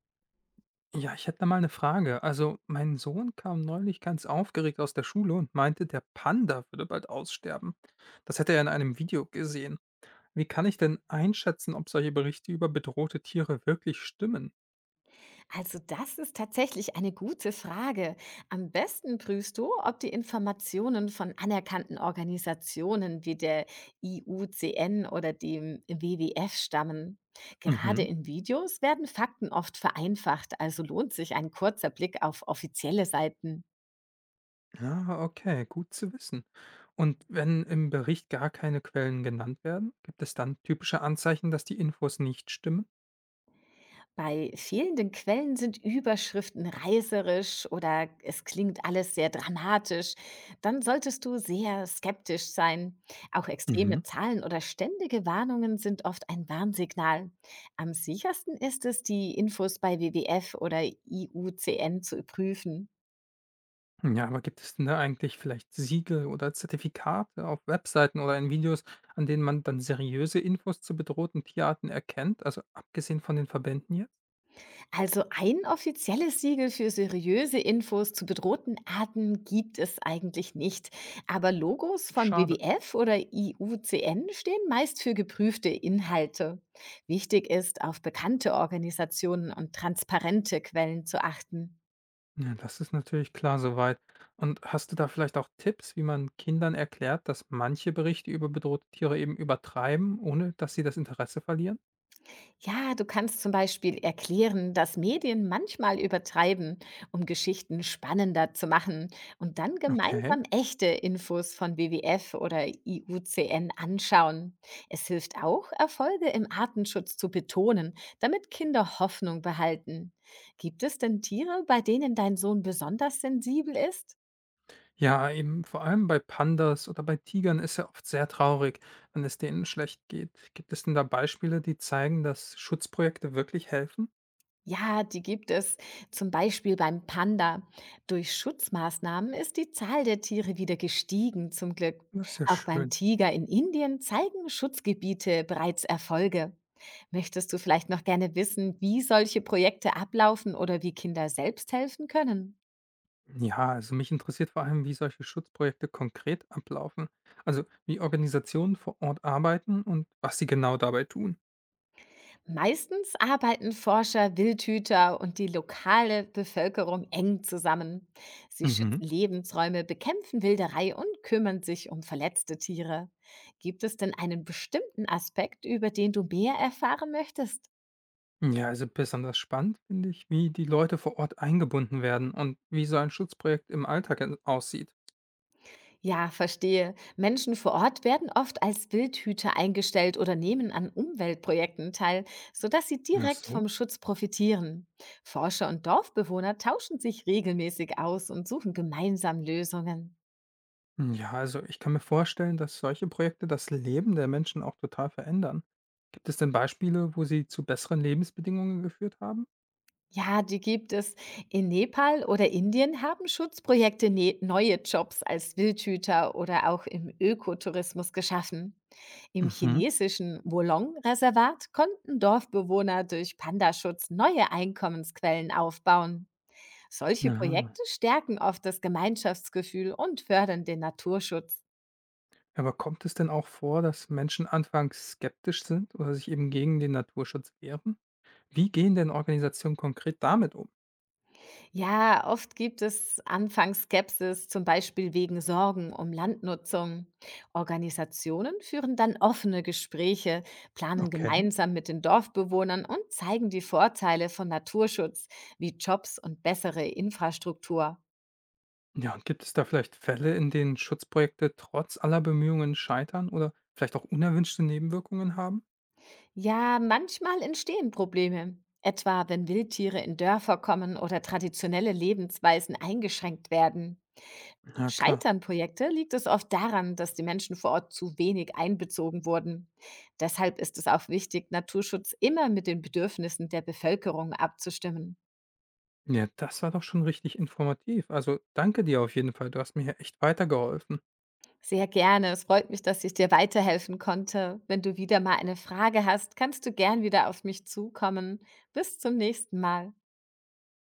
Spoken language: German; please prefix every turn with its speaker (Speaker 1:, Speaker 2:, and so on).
Speaker 1: Ja, ich hätte da mal eine Frage. Also, mein Sohn kam neulich ganz aufgeregt aus der Schule und meinte, der Panda würde bald aussterben. Das hätte er in einem Video gesehen. Wie kann ich denn einschätzen, ob solche Berichte über bedrohte Tiere wirklich stimmen?
Speaker 2: Also das ist tatsächlich eine gute Frage. Am besten prüfst du, ob die Informationen von anerkannten Organisationen wie der IUCN oder dem WWF stammen. Gerade
Speaker 1: Mhm.
Speaker 2: in Videos werden Fakten oft vereinfacht, also lohnt sich ein kurzer Blick auf offizielle Seiten.
Speaker 1: Ah, okay, gut zu wissen. Und wenn im Bericht gar keine Quellen genannt werden, gibt es dann typische Anzeichen, dass die Infos nicht stimmen?
Speaker 2: Bei fehlenden Quellen sind Überschriften reißerisch oder es klingt alles sehr dramatisch. Dann solltest du sehr skeptisch sein. Auch
Speaker 1: Mhm.
Speaker 2: extreme Zahlen oder ständige Warnungen sind oft ein Warnsignal. Am sichersten ist es, die Infos bei WWF oder IUCN zu prüfen.
Speaker 1: Ja, aber gibt es denn da eigentlich vielleicht Siegel oder Zertifikate auf Webseiten oder in Videos, an denen man dann seriöse Infos zu bedrohten Tierarten erkennt? Also abgesehen von den Verbänden jetzt?
Speaker 2: Also ein offizielles Siegel für seriöse Infos zu bedrohten Arten gibt es eigentlich nicht. Aber Logos von
Speaker 1: Schade.
Speaker 2: WWF oder IUCN stehen meist für geprüfte Inhalte. Wichtig ist, auf bekannte Organisationen und transparente Quellen zu achten.
Speaker 1: Ja, das ist natürlich klar soweit. Und hast du da vielleicht auch Tipps, wie man Kindern erklärt, dass manche Berichte über bedrohte Tiere eben übertreiben, ohne dass sie das Interesse verlieren?
Speaker 2: Ja, du kannst zum Beispiel erklären, dass Medien manchmal übertreiben, um Geschichten spannender zu machen und dann
Speaker 1: Okay.
Speaker 2: gemeinsam echte Infos von WWF oder IUCN anschauen. Es hilft auch, Erfolge im Artenschutz zu betonen, damit Kinder Hoffnung behalten. Gibt es denn Tiere, bei denen dein Sohn besonders sensibel ist?
Speaker 1: Ja, eben vor allem bei Pandas oder bei Tigern ist er oft sehr traurig, wenn es denen schlecht geht. Gibt es denn da Beispiele, die zeigen, dass Schutzprojekte wirklich helfen?
Speaker 2: Ja, die gibt es. Zum Beispiel beim Panda. Durch Schutzmaßnahmen ist die Zahl der Tiere wieder gestiegen, zum Glück.
Speaker 1: Das ist ja
Speaker 2: Auch beim
Speaker 1: schön.
Speaker 2: Tiger in Indien zeigen Schutzgebiete bereits Erfolge. Möchtest du vielleicht noch gerne wissen, wie solche Projekte ablaufen oder wie Kinder selbst helfen können?
Speaker 1: Ja, also mich interessiert vor allem, wie solche Schutzprojekte konkret ablaufen. Also wie Organisationen vor Ort arbeiten und was sie genau dabei tun.
Speaker 2: Meistens arbeiten Forscher, Wildhüter und die lokale Bevölkerung eng zusammen. Sie
Speaker 1: Mhm.
Speaker 2: schützen Lebensräume, bekämpfen Wilderei und kümmern sich um verletzte Tiere. Gibt es denn einen bestimmten Aspekt, über den du mehr erfahren möchtest?
Speaker 1: Ja, also besonders spannend finde ich, wie die Leute vor Ort eingebunden werden und wie so ein Schutzprojekt im Alltag aussieht.
Speaker 2: Ja, verstehe. Menschen vor Ort werden oft als Wildhüter eingestellt oder nehmen an Umweltprojekten teil, sodass sie
Speaker 1: Ach
Speaker 2: direkt
Speaker 1: so.
Speaker 2: vom Schutz profitieren. Forscher und Dorfbewohner tauschen sich regelmäßig aus und suchen gemeinsam Lösungen.
Speaker 1: Hm, ja, also ich kann mir vorstellen, dass solche Projekte das Leben der Menschen auch total verändern. Gibt es denn Beispiele, wo sie zu besseren Lebensbedingungen geführt haben?
Speaker 2: Ja, die gibt es. In Nepal oder Indien haben Schutzprojekte ne neue Jobs als Wildhüter oder auch im Ökotourismus geschaffen. Im
Speaker 1: Mhm.
Speaker 2: chinesischen Wolong-Reservat konnten Dorfbewohner durch Pandaschutz neue Einkommensquellen aufbauen. Solche
Speaker 1: Ja.
Speaker 2: Projekte stärken oft das Gemeinschaftsgefühl und fördern den Naturschutz.
Speaker 1: Aber kommt es denn auch vor, dass Menschen anfangs skeptisch sind oder sich eben gegen den Naturschutz wehren? Wie gehen denn Organisationen konkret damit um?
Speaker 2: Ja, oft gibt es anfangs Skepsis, zum Beispiel wegen Sorgen um Landnutzung. Organisationen führen dann offene Gespräche, planen
Speaker 1: Okay.
Speaker 2: gemeinsam mit den Dorfbewohnern und zeigen die Vorteile von Naturschutz wie Jobs und bessere Infrastruktur.
Speaker 1: Ja, und gibt es da vielleicht Fälle, in denen Schutzprojekte trotz aller Bemühungen scheitern oder vielleicht auch unerwünschte Nebenwirkungen haben?
Speaker 2: Ja, manchmal entstehen Probleme, etwa wenn Wildtiere in Dörfer kommen oder traditionelle Lebensweisen eingeschränkt werden.
Speaker 1: Ja, klar.
Speaker 2: Scheitern Projekte liegt es oft daran, dass die Menschen vor Ort zu wenig einbezogen wurden. Deshalb ist es auch wichtig, Naturschutz immer mit den Bedürfnissen der Bevölkerung abzustimmen.
Speaker 1: Ja, das war doch schon richtig informativ. Also danke dir auf jeden Fall. Du hast mir hier echt weitergeholfen.
Speaker 2: Sehr gerne. Es freut mich, dass ich dir weiterhelfen konnte. Wenn du wieder mal eine Frage hast, kannst du gern wieder auf mich zukommen. Bis zum nächsten Mal.